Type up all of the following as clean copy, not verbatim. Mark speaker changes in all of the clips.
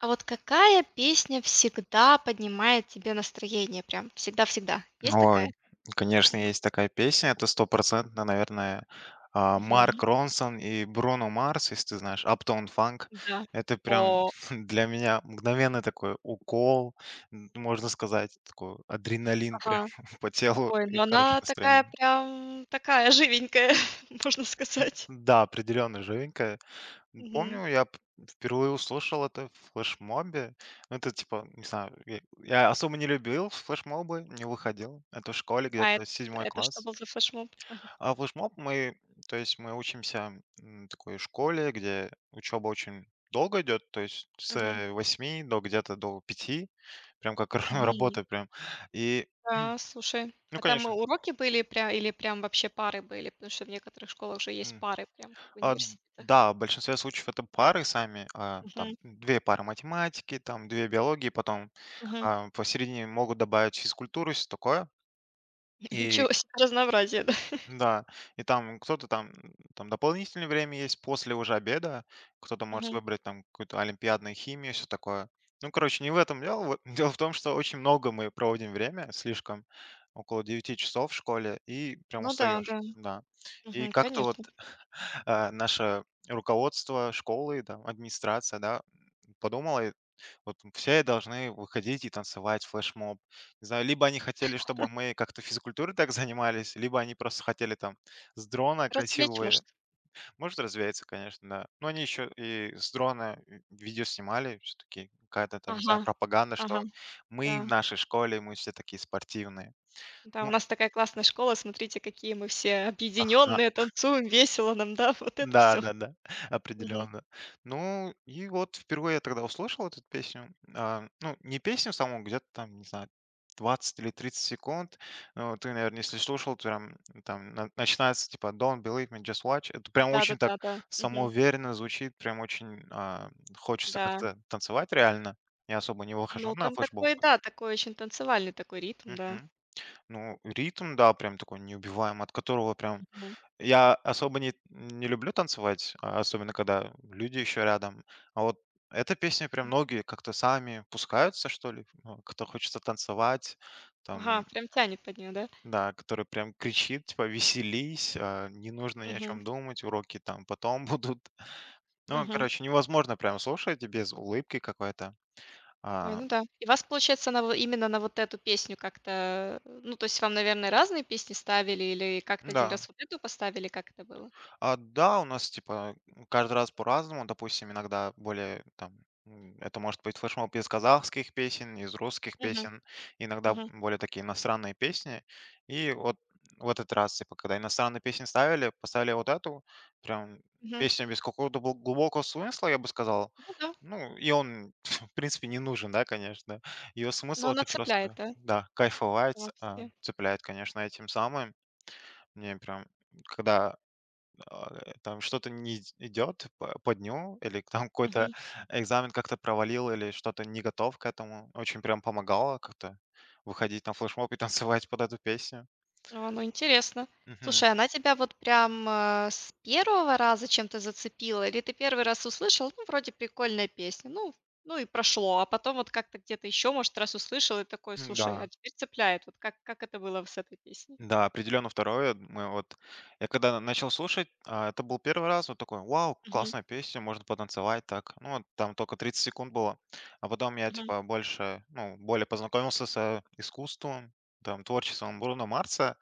Speaker 1: А вот какая песня всегда поднимает тебе настроение? Прям всегда-всегда. Есть
Speaker 2: Ой,
Speaker 1: такая?
Speaker 2: конечно, есть такая песня, это стопроцентно, наверное, Марк
Speaker 1: Мгм.
Speaker 2: Ронсон и Бруно Марс, если ты знаешь, Uptown Funk.
Speaker 1: Да.
Speaker 2: Это
Speaker 1: О,
Speaker 2: прям для меня мгновенный такой укол, можно сказать, такой адреналин прям
Speaker 1: ага.
Speaker 2: по телу
Speaker 1: Ой,
Speaker 2: и
Speaker 1: ну
Speaker 2: хорошее
Speaker 1: она такая
Speaker 2: настроение.
Speaker 1: прям, такая живенькая, можно сказать.
Speaker 2: Да, определенно живенькая.
Speaker 1: Мгм.
Speaker 2: Помню, я впервые услышал это в флешмобе. Ну, это типа, не знаю, я особо не любил флешмобы, не выходил. Это в школе
Speaker 1: А
Speaker 2: где-то
Speaker 1: это,
Speaker 2: седьмой
Speaker 1: это что
Speaker 2: класс.
Speaker 1: был за флешмоб? Ага.
Speaker 2: А флешмоб мы, То есть мы учимся такой школе, где учеба очень долго идет, то есть
Speaker 1: Мгм.
Speaker 2: с 8 до где-то до 5, прям как
Speaker 1: Мгм.
Speaker 2: работа прям. И,
Speaker 1: Да, слушай.
Speaker 2: ну,
Speaker 1: А там
Speaker 2: конечно,
Speaker 1: уроки были прям или прям вообще пары были? Потому что в некоторых школах же есть
Speaker 2: м,
Speaker 1: пары, прям как в
Speaker 2: а,
Speaker 1: университетах.
Speaker 2: да, в большинстве случаев это пары сами, там
Speaker 1: Мгм.
Speaker 2: две пары математики, там две биологии, потом
Speaker 1: Мгм.
Speaker 2: посередине могут добавить физкультуру, все такое. И
Speaker 1: Ничего себе разнообразие, да?
Speaker 2: Да, и там кто-то там, дополнительное время есть после уже обеда, кто-то может
Speaker 1: Мгм.
Speaker 2: выбрать там какую-то олимпиадную химию, все такое. Ну, короче, не в этом дело. Вот дело в том, что очень много мы проводим время, слишком, около 9 часов в школе, и прям
Speaker 1: Ну да,
Speaker 2: устаешь,
Speaker 1: да.
Speaker 2: да. И
Speaker 1: Мгм,
Speaker 2: как-то вот
Speaker 1: Конечно.
Speaker 2: наше руководство школы, там, администрация, да, подумала, и вот все должны выходить и танцевать флешмоб. Не знаю, либо они хотели, чтобы мы как-то физкультурой так занимались, либо они просто хотели там с дрона
Speaker 1: Развлечь,
Speaker 2: красивые.
Speaker 1: может.
Speaker 2: Может, развеяться, конечно, да. Но они еще и с дрона и видео снимали, все-таки какая-то там, не
Speaker 1: Ага,
Speaker 2: знаю, пропаганда, что
Speaker 1: ага,
Speaker 2: мы
Speaker 1: да.
Speaker 2: в нашей школе, мы все такие спортивные.
Speaker 1: Да, у
Speaker 2: Ну,
Speaker 1: нас такая классная школа, смотрите, какие мы все объединенные, танцуем, весело нам, да, вот это
Speaker 2: да,
Speaker 1: все.
Speaker 2: да, да,
Speaker 1: Мгм.
Speaker 2: определенно. Ну, и вот впервые я тогда услышал эту песню. Ну, не песню саму, где-то там, не знаю, 20 или 30 секунд. Ну, ты, наверное, если слушал, то прям там начинается типа Don't believe me, just watch. Это прям очень так
Speaker 1: Да-да-да, да. Да, да. Мгм.
Speaker 2: самоуверенно звучит, прям очень, хочется
Speaker 1: Да.
Speaker 2: как-то танцевать реально. Я особо не
Speaker 1: Ну,
Speaker 2: выхожу на
Speaker 1: там
Speaker 2: флешбоб.
Speaker 1: такой, да, такой очень танцевальный такой ритм, да.
Speaker 2: Мгм. Ну, ритм, да, прям такой неубиваемый, от которого прям
Speaker 1: Мгм,
Speaker 2: я особо не люблю танцевать, особенно когда люди еще рядом. А вот эта песня прям
Speaker 1: м.
Speaker 2: многие как-то сами пускаются, что ли, ну, кто хочется танцевать,
Speaker 1: Ага,
Speaker 2: там,
Speaker 1: прям тянет под неё, да?
Speaker 2: да, который прям кричит, типа, веселись, не нужно ни о
Speaker 1: Мгм,
Speaker 2: чем думать, уроки там потом будут. Ну,
Speaker 1: мгм.
Speaker 2: короче, невозможно прям слушать без улыбки какой-то.
Speaker 1: Ой,
Speaker 2: А,
Speaker 1: ну да. И вас, получается, на во именно на вот эту песню как-то, ну, то есть вам, наверное, разные песни ставили или как-то один
Speaker 2: да.
Speaker 1: раз вот эту поставили? Как это было?
Speaker 2: Да, у нас типа каждый раз по-разному. Допустим, иногда более там, это может быть флешмоб из казахских песен, из русских
Speaker 1: Мгм,
Speaker 2: песен, иногда
Speaker 1: мгм,
Speaker 2: более такие иностранные песни. И вот в этот раз, типа, когда иностранные песни ставили, поставили вот эту, прям
Speaker 1: мгм.
Speaker 2: песню без какого-то глубокого смысла, я бы сказал.
Speaker 1: Ну да.
Speaker 2: Ну, и он, в принципе, не нужен, да, конечно. Ее смысл
Speaker 1: Но она
Speaker 2: это
Speaker 1: цепляет,
Speaker 2: просто,
Speaker 1: да,
Speaker 2: да,
Speaker 1: сама
Speaker 2: кайфовать,
Speaker 1: по себе?
Speaker 2: цепляет, конечно, этим самым. Мне прям, когда там что-то не идет по дню, или там какой-то
Speaker 1: Мгм.
Speaker 2: экзамен как-то провалил, или что-то не готов к этому, очень прям помогало как-то выходить на флешмоб и танцевать под эту песню.
Speaker 1: А, ну, интересно.
Speaker 2: Мгм.
Speaker 1: Слушай, она тебя вот прям, с первого раза чем-то зацепила или ты первый раз услышал, ну, вроде прикольная песня, ну и прошло, а потом вот как-то где-то еще, может, раз услышал и такой: "Слушай, а
Speaker 2: Да.
Speaker 1: теперь цепляет". Вот как это было с этой песней?
Speaker 2: Да, определенно второе. Я когда начал слушать, это был первый раз, вот такой, вау,
Speaker 1: Мгм,
Speaker 2: классная песня, можно потанцевать так. Ну, вот там только 30 секунд было. А потом я,
Speaker 1: мгм.
Speaker 2: типа, больше, ну, более познакомился с, искусством, там, творчеством Бруно Марса.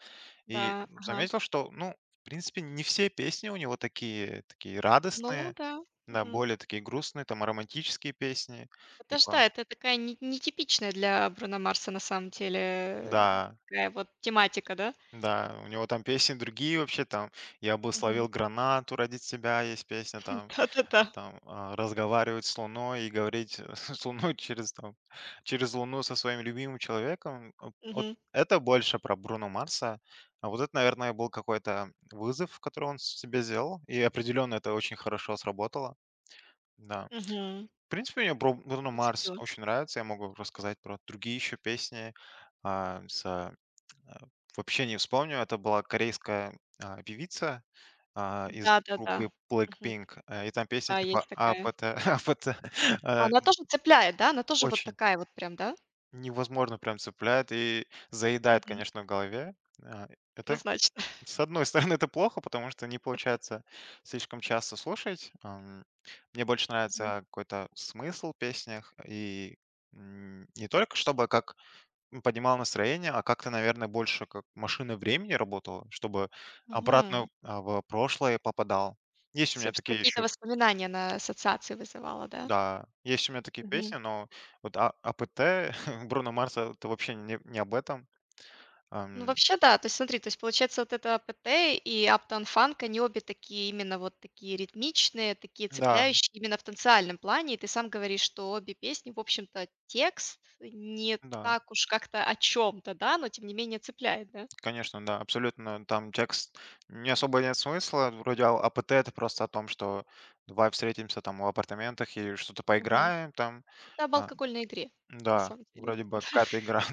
Speaker 1: Да,
Speaker 2: И
Speaker 1: ага.
Speaker 2: заметил, что, ну, в принципе, не все песни у него такие такие
Speaker 1: Ну
Speaker 2: радостные,
Speaker 1: да,
Speaker 2: да,
Speaker 1: мгм.
Speaker 2: более такие грустные, там романтические песни,
Speaker 1: Это ж,
Speaker 2: типа,
Speaker 1: да, это такая не нетипичная для Бруно Марса на самом деле,
Speaker 2: да,
Speaker 1: такая вот тематика, да?
Speaker 2: да, у него там песни другие вообще, там «Я
Speaker 1: Мгм.
Speaker 2: благословил гранату ради тебя» есть песня, там.
Speaker 1: Да-да-да.
Speaker 2: Там, разговаривать с Луной и говорить с Луной через Луну со своим любимым человеком. Вот
Speaker 1: Мгм.
Speaker 2: это больше про Бруно Марса. А вот это, наверное, был какой-то вызов, который он себе сделал, и определенно это очень хорошо сработало. Да.
Speaker 1: Мгм.
Speaker 2: В принципе, мне Бруно Марс
Speaker 1: Зацепила.
Speaker 2: очень нравится. Я могу рассказать про другие еще песни. А, с Э, вообще не вспомню. Это была корейская, певица, из
Speaker 1: Да-да-да.
Speaker 2: группы
Speaker 1: Мгм.
Speaker 2: Blackpink, и там песня
Speaker 1: Да,
Speaker 2: типа
Speaker 1: есть такая.
Speaker 2: «Апата апата», э,
Speaker 1: Она тоже цепляет, да? Она тоже вот
Speaker 2: очень
Speaker 1: такая вот прям, да?
Speaker 2: невозможно прям цепляет и заедает,
Speaker 1: Мгм.
Speaker 2: конечно, в голове. А, это,
Speaker 1: Однозначно.
Speaker 2: с одной стороны, это плохо, потому что не получается слишком часто слушать. Мне больше
Speaker 1: Мгм.
Speaker 2: нравится какой-то смысл в песнях, и, не только чтобы как, поднимала настроение, а как-то, наверное, больше как машина времени работала, чтобы обратно,
Speaker 1: Мгм.
Speaker 2: в прошлое попадал. Есть у меня
Speaker 1: Собс
Speaker 2: такие
Speaker 1: Какие-то
Speaker 2: еще
Speaker 1: воспоминания на ассоциации вызывала, да?
Speaker 2: Да, есть у меня такие
Speaker 1: Мгм.
Speaker 2: песни, но вот АПТ Бруно Марса — это вообще не об этом.
Speaker 1: Ну,
Speaker 2: Ам,
Speaker 1: вообще, да. То есть смотри, то есть получается, вот это АПТ и Uptown Funk, они обе такие, именно вот такие ритмичные, такие
Speaker 2: да,
Speaker 1: цепляющие именно в танциальном плане. И ты сам говоришь, что обе песни, в общем-то, текст не
Speaker 2: да,
Speaker 1: так уж как-то о чем то да, но тем не менее цепляет, да?
Speaker 2: конечно, да, абсолютно. Там текст не особо, нет смысла. Вроде АПТ — это просто о том, что давай встретимся там в апартаментах и что-то
Speaker 1: Мгм.
Speaker 2: поиграем там.
Speaker 1: Это об
Speaker 2: А,
Speaker 1: алкогольной игре, на
Speaker 2: да,
Speaker 1: самом деле.
Speaker 2: вроде бы какая-то игра.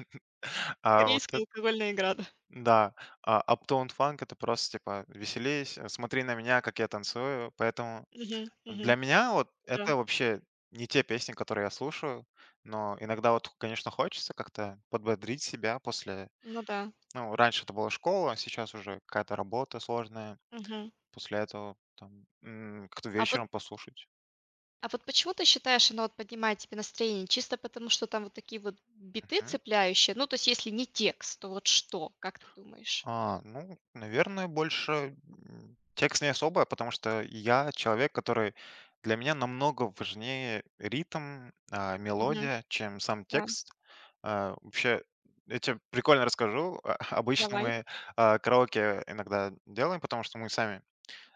Speaker 2: А вот
Speaker 1: Корейская алкогольная игра, да.
Speaker 2: Да, а uptown funk — это просто типа «веселись, смотри на меня, как я танцую». Поэтому
Speaker 1: Мгм,
Speaker 2: для
Speaker 1: мгм.
Speaker 2: меня вот
Speaker 1: Да.
Speaker 2: это вообще не те песни, которые я слушаю, но иногда вот, конечно, хочется как-то подбодрить себя после.
Speaker 1: Ну да.
Speaker 2: Ну, раньше это была школа, сейчас уже какая-то работа сложная,
Speaker 1: Мгм.
Speaker 2: после этого там, как-то
Speaker 1: А вот
Speaker 2: вечером послушать.
Speaker 1: а вот почему ты считаешь, она вот поднимает тебе настроение? Чисто потому, что там вот такие вот биты цепляющие? Ну, то есть, если не текст, то вот что? Как ты думаешь?
Speaker 2: Ну, наверное, больше, текст не особо, потому что я человек, который, для меня намного важнее ритм,
Speaker 1: Мгм.
Speaker 2: мелодия, чем сам
Speaker 1: Да,
Speaker 2: текст. Вообще, я тебе прикольно расскажу. Обычно
Speaker 1: давай.
Speaker 2: мы, караоке иногда делаем, потому что мы сами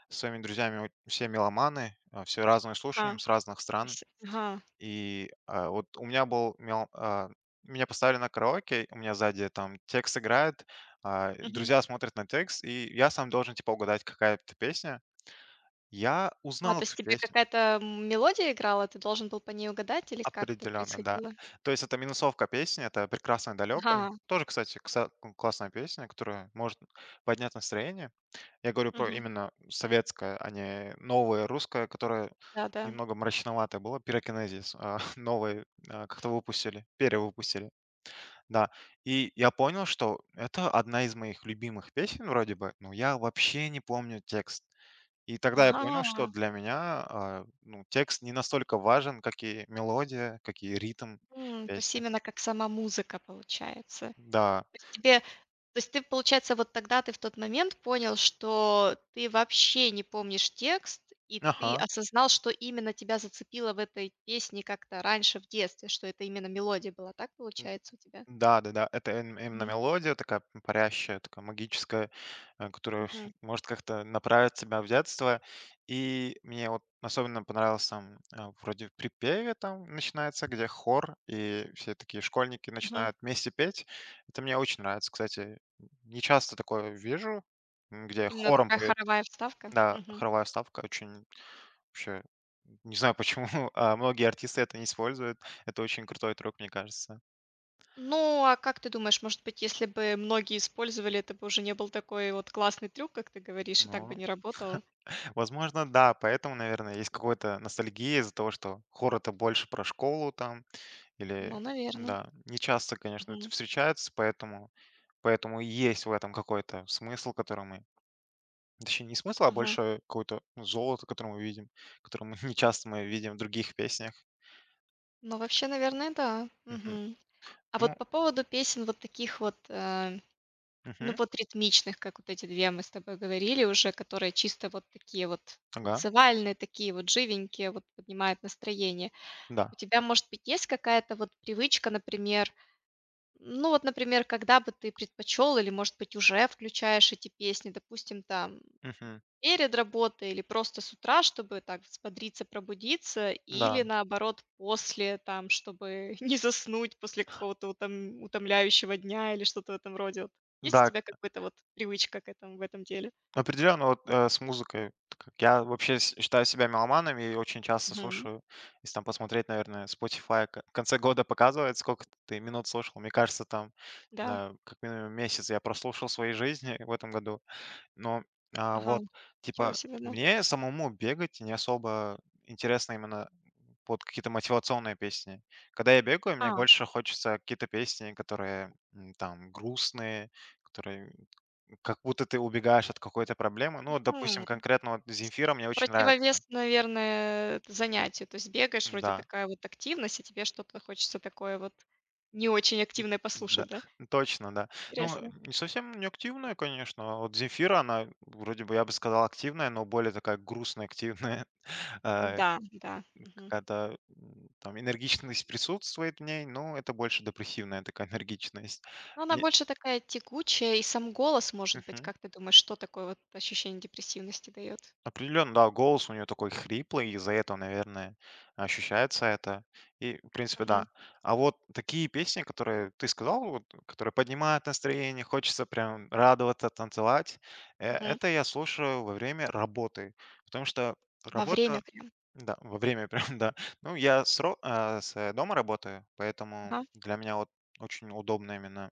Speaker 2: с своими друзьями все меломаны, все разное
Speaker 1: А,
Speaker 2: слушаем
Speaker 1: то
Speaker 2: с разных стран.
Speaker 1: есть. Ага.
Speaker 2: И, вот у меня был мел а, меня поставили на караоке, у меня сзади там текст играет,
Speaker 1: Мгм.
Speaker 2: друзья смотрят на текст, и я сам должен, типа, угадать, какая это песня. Я
Speaker 1: А,
Speaker 2: узнал
Speaker 1: то
Speaker 2: эту
Speaker 1: есть тебе
Speaker 2: песню.
Speaker 1: какая-то, мелодия играла, ты должен был по ней угадать или как это
Speaker 2: Определенно, да.
Speaker 1: происходило?
Speaker 2: То есть это минусовка песни, это «Прекрасное далеко».
Speaker 1: Ага.
Speaker 2: Тоже, кстати, кса классная песня, которая может поднять настроение. Я говорю про
Speaker 1: Мгм.
Speaker 2: именно советское, а не новое русское, которое
Speaker 1: Да-да.
Speaker 2: немного мрачноватое было. «Пирокинезис», как-то выпустили, перевыпустили. Да, и я понял, что это одна из моих любимых песен вроде бы, но я вообще не помню текст. И тогда я понял,
Speaker 1: Ага.
Speaker 2: что для меня, ну, текст не настолько важен, как и мелодия, как и ритм
Speaker 1: То есть
Speaker 2: песни.
Speaker 1: именно как сама музыка получается. То
Speaker 2: Да,
Speaker 1: есть тебе То есть ты, получается, вот тогда ты в тот момент понял, что ты вообще не помнишь текст, и ты
Speaker 2: ага.
Speaker 1: осознал, что именно тебя зацепило в этой песне как-то раньше в детстве, что это именно мелодия была, так получается у тебя?
Speaker 2: Да-да-да, это им именно
Speaker 1: Мгм,
Speaker 2: мелодия такая п парящая, такая магическая, которая
Speaker 1: мгм,
Speaker 2: может как-то направить тебя в детство. И мне вот особенно понравился там, вроде в припеве там начинается, где хор, и все такие школьники
Speaker 1: мгм.
Speaker 2: начинают вместе петь. Это мне очень нравится, кстати. Не часто такое вижу, где
Speaker 1: Именно
Speaker 2: хором
Speaker 1: такая
Speaker 2: поет.
Speaker 1: хоровая вставка?
Speaker 2: Да,
Speaker 1: Мгм.
Speaker 2: хоровая ставка, очень, вообще, не знаю почему, а многие артисты это не используют. Это очень крутой трюк, мне кажется.
Speaker 1: Ну, а как ты думаешь, может быть, если бы многие использовали, это бы уже не был такой вот классный трюк, как ты говоришь, и так бы
Speaker 2: Ну,
Speaker 1: не работало?
Speaker 2: возможно, да, поэтому, наверное, есть какая-то ностальгия из-за того, что хор это больше про школу там или
Speaker 1: Ну, наверное
Speaker 2: да, не часто, конечно, это встречается, поэтому, и есть в этом какой-то смысл, точнее, не смысл, а больше какое-то, ну, золото, которое мы видим, которое мы не часто мы видим в других песнях.
Speaker 1: Ну, вообще, наверное, да.
Speaker 2: Мгм.
Speaker 1: Мгм. А
Speaker 2: Ну,
Speaker 1: вот по поводу песен вот таких вот, ну,
Speaker 2: мгм.
Speaker 1: вот ритмичных, как вот эти 2, мы с тобой говорили уже, которые чисто вот такие вот
Speaker 2: Ага,
Speaker 1: танцевальные, такие вот живенькие, вот поднимают настроение.
Speaker 2: да.
Speaker 1: У тебя, может быть, есть какая-то вот привычка, например, ну, вот, например, когда бы ты предпочел или, может быть, уже включаешь эти песни, допустим, там,
Speaker 2: Мгм.
Speaker 1: перед работой или просто с утра, чтобы так взбодриться, пробудиться, или
Speaker 2: Да,
Speaker 1: наоборот после, там, чтобы не заснуть после какого-то утомляющего дня или что-то в этом роде вот? Есть у
Speaker 2: да,
Speaker 1: тебя какая то вот привычка к этому в этом деле?
Speaker 2: ну, определенно, вот, с музыкой. Так как я вообще с считаю себя меломаном и очень часто
Speaker 1: Мгм.
Speaker 2: слушаю. Если там посмотреть, наверное, Spotify к в конце года показывает, сколько ты минут слушал. Мне кажется, там, не
Speaker 1: Да?
Speaker 2: знаю, как минимум месяц я прослушал своей жизни в этом году. Но,
Speaker 1: Ага.
Speaker 2: вот,
Speaker 1: Ничего
Speaker 2: типа,
Speaker 1: себе, да.
Speaker 2: мне самому бегать не особо интересно именно под какие-то мотивационные песни. Когда я бегаю, мне
Speaker 1: Ага.
Speaker 2: больше хочется какие-то песни, которые, там грустные, которые как будто ты убегаешь от какой-то проблемы. Ну, вот, допустим,
Speaker 1: Мгм.
Speaker 2: конкретно вот «Земфира» мне очень нравится.
Speaker 1: Противовес, наверное, занятию. То есть бегаешь, вроде
Speaker 2: Да,
Speaker 1: такая вот активность, и тебе что-то хочется такое вот не очень
Speaker 2: м,
Speaker 1: активное
Speaker 2: да,
Speaker 1: послушать, да?
Speaker 2: точно, да. Ну,
Speaker 1: Интересно.
Speaker 2: не совсем не активная, конечно. Вот «Земфира», она вроде бы, я бы сказал, активная, но более такая грустная активная. Э,
Speaker 1: Да, да. Мгм.
Speaker 2: какая-то, там энергичность присутствует в ней, но это больше депрессивная такая энергичность.
Speaker 1: Но она
Speaker 2: Не
Speaker 1: больше такая тягучая, и сам голос, может быть,
Speaker 2: Мгм.
Speaker 1: как ты думаешь, что такое вот ощущение депрессивности дает.
Speaker 2: Определенно, да, голос у нее такой хриплый, и из-за этого, наверное, ощущается это. И, в принципе,
Speaker 1: Мгм,
Speaker 2: да. А вот такие песни, которые ты сказал, вот, которые поднимают настроение, хочется прям радоваться, танцевать,
Speaker 1: мгм.
Speaker 2: это я слушаю во время работы. Потому что
Speaker 1: Во
Speaker 2: работа,
Speaker 1: время прям.
Speaker 2: да, во время прям, да. Ну, я с, ро- а, с э, дома работаю, поэтому
Speaker 1: Ага,
Speaker 2: для меня вот очень удобно именно,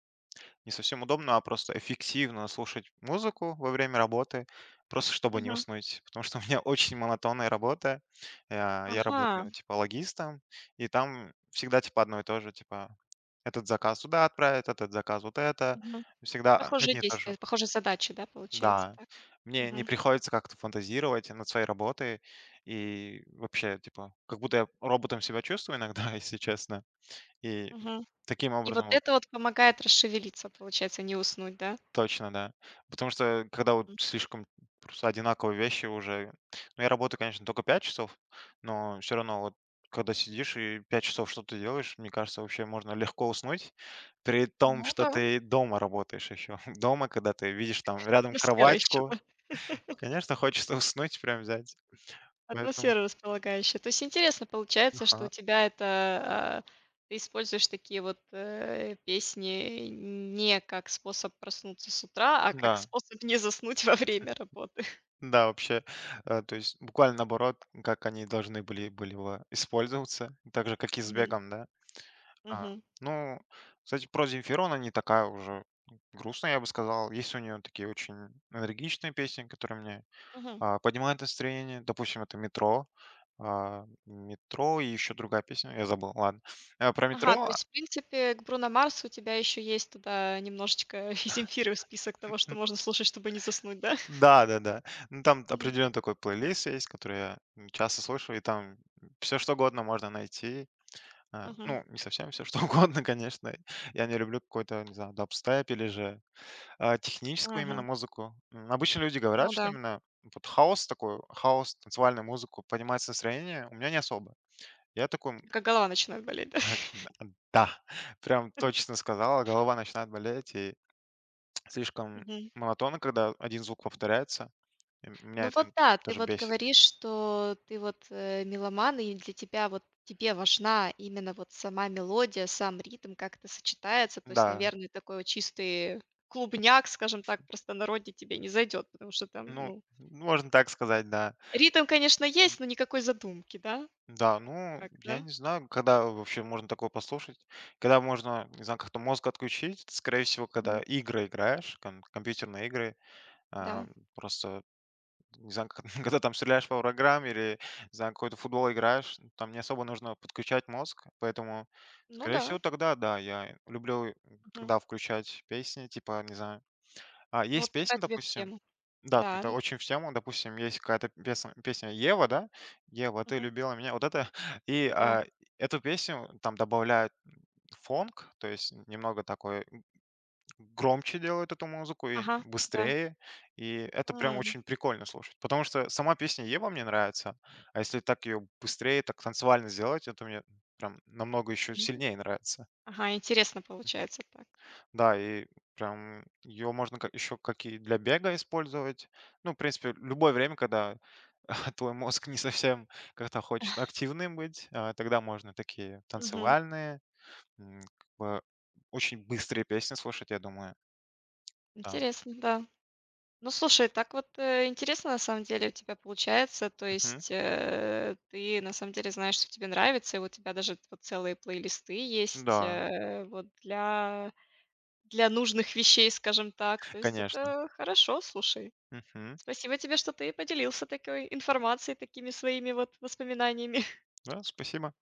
Speaker 2: не совсем удобно, а просто эффективно слушать музыку во время работы, просто чтобы не
Speaker 1: мгм,
Speaker 2: уснуть. Потому что у меня очень монотонная работа. Я
Speaker 1: ага,
Speaker 2: работаю типа логистом, и там всегда типа одно и то же, типа этот заказ туда отправить, этот заказ вот это.
Speaker 1: мгм.
Speaker 2: Всегда
Speaker 1: Похожие
Speaker 2: одни и то же.
Speaker 1: действия, похожие задачи, да, получается
Speaker 2: Да.
Speaker 1: так?
Speaker 2: Мне не
Speaker 1: Мгм,
Speaker 2: приходится как-то фантазировать над своей работой. И вообще, типа, как будто я роботом себя чувствую иногда, если честно. И
Speaker 1: мгм.
Speaker 2: таким
Speaker 1: И вот
Speaker 2: образом вот
Speaker 1: это вот помогает расшевелиться, получается, не уснуть, да?
Speaker 2: Точно, да. Потому что когда вот
Speaker 1: М.
Speaker 2: слишком просто одинаковые вещи уже ну, я работаю, конечно, только 5 часов, но все равно вот когда сидишь и 5 часов что-то делаешь, мне кажется, вообще можно легко уснуть, при том,
Speaker 1: Ну
Speaker 2: что
Speaker 1: да,
Speaker 2: ты дома работаешь еще. Дома, когда ты видишь там рядом
Speaker 1: атмосфера ещё,
Speaker 2: кроватьку,
Speaker 1: да.
Speaker 2: конечно, хочется уснуть, прям взять. Поэтому
Speaker 1: Атмосфера располагающая. То есть интересно получается, что у
Speaker 2: Ага.
Speaker 1: тебя это, а, ты используешь такие вот, песни не как способ проснуться с утра, а как
Speaker 2: Да,
Speaker 1: способ не заснуть во время работы.
Speaker 2: да, вообще, то есть буквально наоборот, как они должны были бы использоваться, так же, как и с
Speaker 1: Мгм.
Speaker 2: бегом, да. А,
Speaker 1: Мгм.
Speaker 2: ну, кстати, про Земфиру, она не такая уже грустная, я бы сказал. Есть у нее такие очень энергичные песни, которые мне,
Speaker 1: Мгм.
Speaker 2: поднимают настроение. Допустим, это «Метро». «Метро» и еще другая песня, я забыл, ладно. Про
Speaker 1: Ага, то
Speaker 2: «Метро»,
Speaker 1: есть, в принципе, к Бруно Марсу у тебя еще есть туда немножечко и Земфиры в список того, что
Speaker 2: м,
Speaker 1: можно слушать, чтобы не заснуть, да?
Speaker 2: да-да-да. Ну, там
Speaker 1: Мгм.
Speaker 2: определенный такой плейлист есть, который я часто слышу, и там все что угодно можно найти.
Speaker 1: Мгм.
Speaker 2: Ну, не совсем все что угодно, конечно. Я не люблю какой-то, не знаю, дабстеп или же техническую именно
Speaker 1: Мгм.
Speaker 2: музыку. Обычно люди говорят,
Speaker 1: Ну
Speaker 2: что
Speaker 1: да,
Speaker 2: именно вот хаос такой, хаос, танцевальную музыку поднимает настроение. У меня не особо. Я такой, м,
Speaker 1: только голова начинает болеть, да?
Speaker 2: да, прям точно сказала, голова начинает болеть, и слишком
Speaker 1: Мгм.
Speaker 2: монотонно, когда один звук повторяется. И меня
Speaker 1: Ну вот
Speaker 2: это
Speaker 1: да, ты
Speaker 2: даже
Speaker 1: вот
Speaker 2: бесит.
Speaker 1: говоришь, что ты вот, меломан, и для тебя вот тебе важна именно вот сама мелодия, сам ритм, как это сочетается. То есть,
Speaker 2: Да,
Speaker 1: наверное, такой вот чистый клубняк, скажем так, в простонародье тебе не зайдет, потому что там,
Speaker 2: ну,
Speaker 1: ну,
Speaker 2: можно так сказать, да.
Speaker 1: ритм, конечно, есть, но никакой задумки, да?
Speaker 2: Да, ну,
Speaker 1: Как,
Speaker 2: я
Speaker 1: да?
Speaker 2: не знаю, когда вообще можно такое послушать. Когда можно, не знаю, как-то мозг отключить, скорее всего, когда
Speaker 1: Мгм.
Speaker 2: игры играешь, компьютерные игры, а,
Speaker 1: Да.
Speaker 2: просто, не знаю, когда там стреляешь по врагам или, не знаю, какой-то футбол играешь, там не особо нужно подключать мозг, поэтому,
Speaker 1: Ну
Speaker 2: скорее
Speaker 1: да.
Speaker 2: всего, тогда, да, я люблю
Speaker 1: Мгм.
Speaker 2: тогда включать песни, типа, не знаю, а
Speaker 1: Ну
Speaker 2: есть
Speaker 1: вот тогда
Speaker 2: песня,
Speaker 1: тебе в
Speaker 2: допустим
Speaker 1: тему.
Speaker 2: да,
Speaker 1: Да,
Speaker 2: тогда
Speaker 1: да.
Speaker 2: очень в тему. Допустим, есть какая-то песня «Ева», да? «Ева, ты
Speaker 1: Мгм.
Speaker 2: любила меня». Вот это. И,
Speaker 1: Да.
Speaker 2: эту песню там добавляют фонк, то есть немного такой громче делают эту музыку и
Speaker 1: Ага, да.
Speaker 2: быстрее. И это прям
Speaker 1: М.
Speaker 2: очень прикольно слушать, потому что сама песня «Ева» мне нравится, а если так ее быстрее, так танцевально сделать, это мне прям намного еще сильнее нравится.
Speaker 1: Ага, интересно получается так.
Speaker 2: Да, и прям ее можно как еще как и для бега использовать. Ну, в принципе, любое время, когда твой мозг не совсем как-то хочет активным быть, тогда можно такие
Speaker 1: Мгм.
Speaker 2: танцевальные, как бы очень быстрые песни слушать, я думаю. Да,
Speaker 1: Интересно, да. Ну, слушай, так вот, интересно, на самом деле, у тебя получается. То
Speaker 2: мгм,
Speaker 1: есть, ты на самом деле знаешь, что тебе нравится, и у тебя даже вот целые плейлисты есть,
Speaker 2: да,
Speaker 1: вот для нужных вещей, скажем так. То есть
Speaker 2: конечно.
Speaker 1: это хорошо, слушай.
Speaker 2: Мгм.
Speaker 1: Спасибо тебе, что ты поделился такой информацией, такими своими вот воспоминаниями.
Speaker 2: Да, спасибо.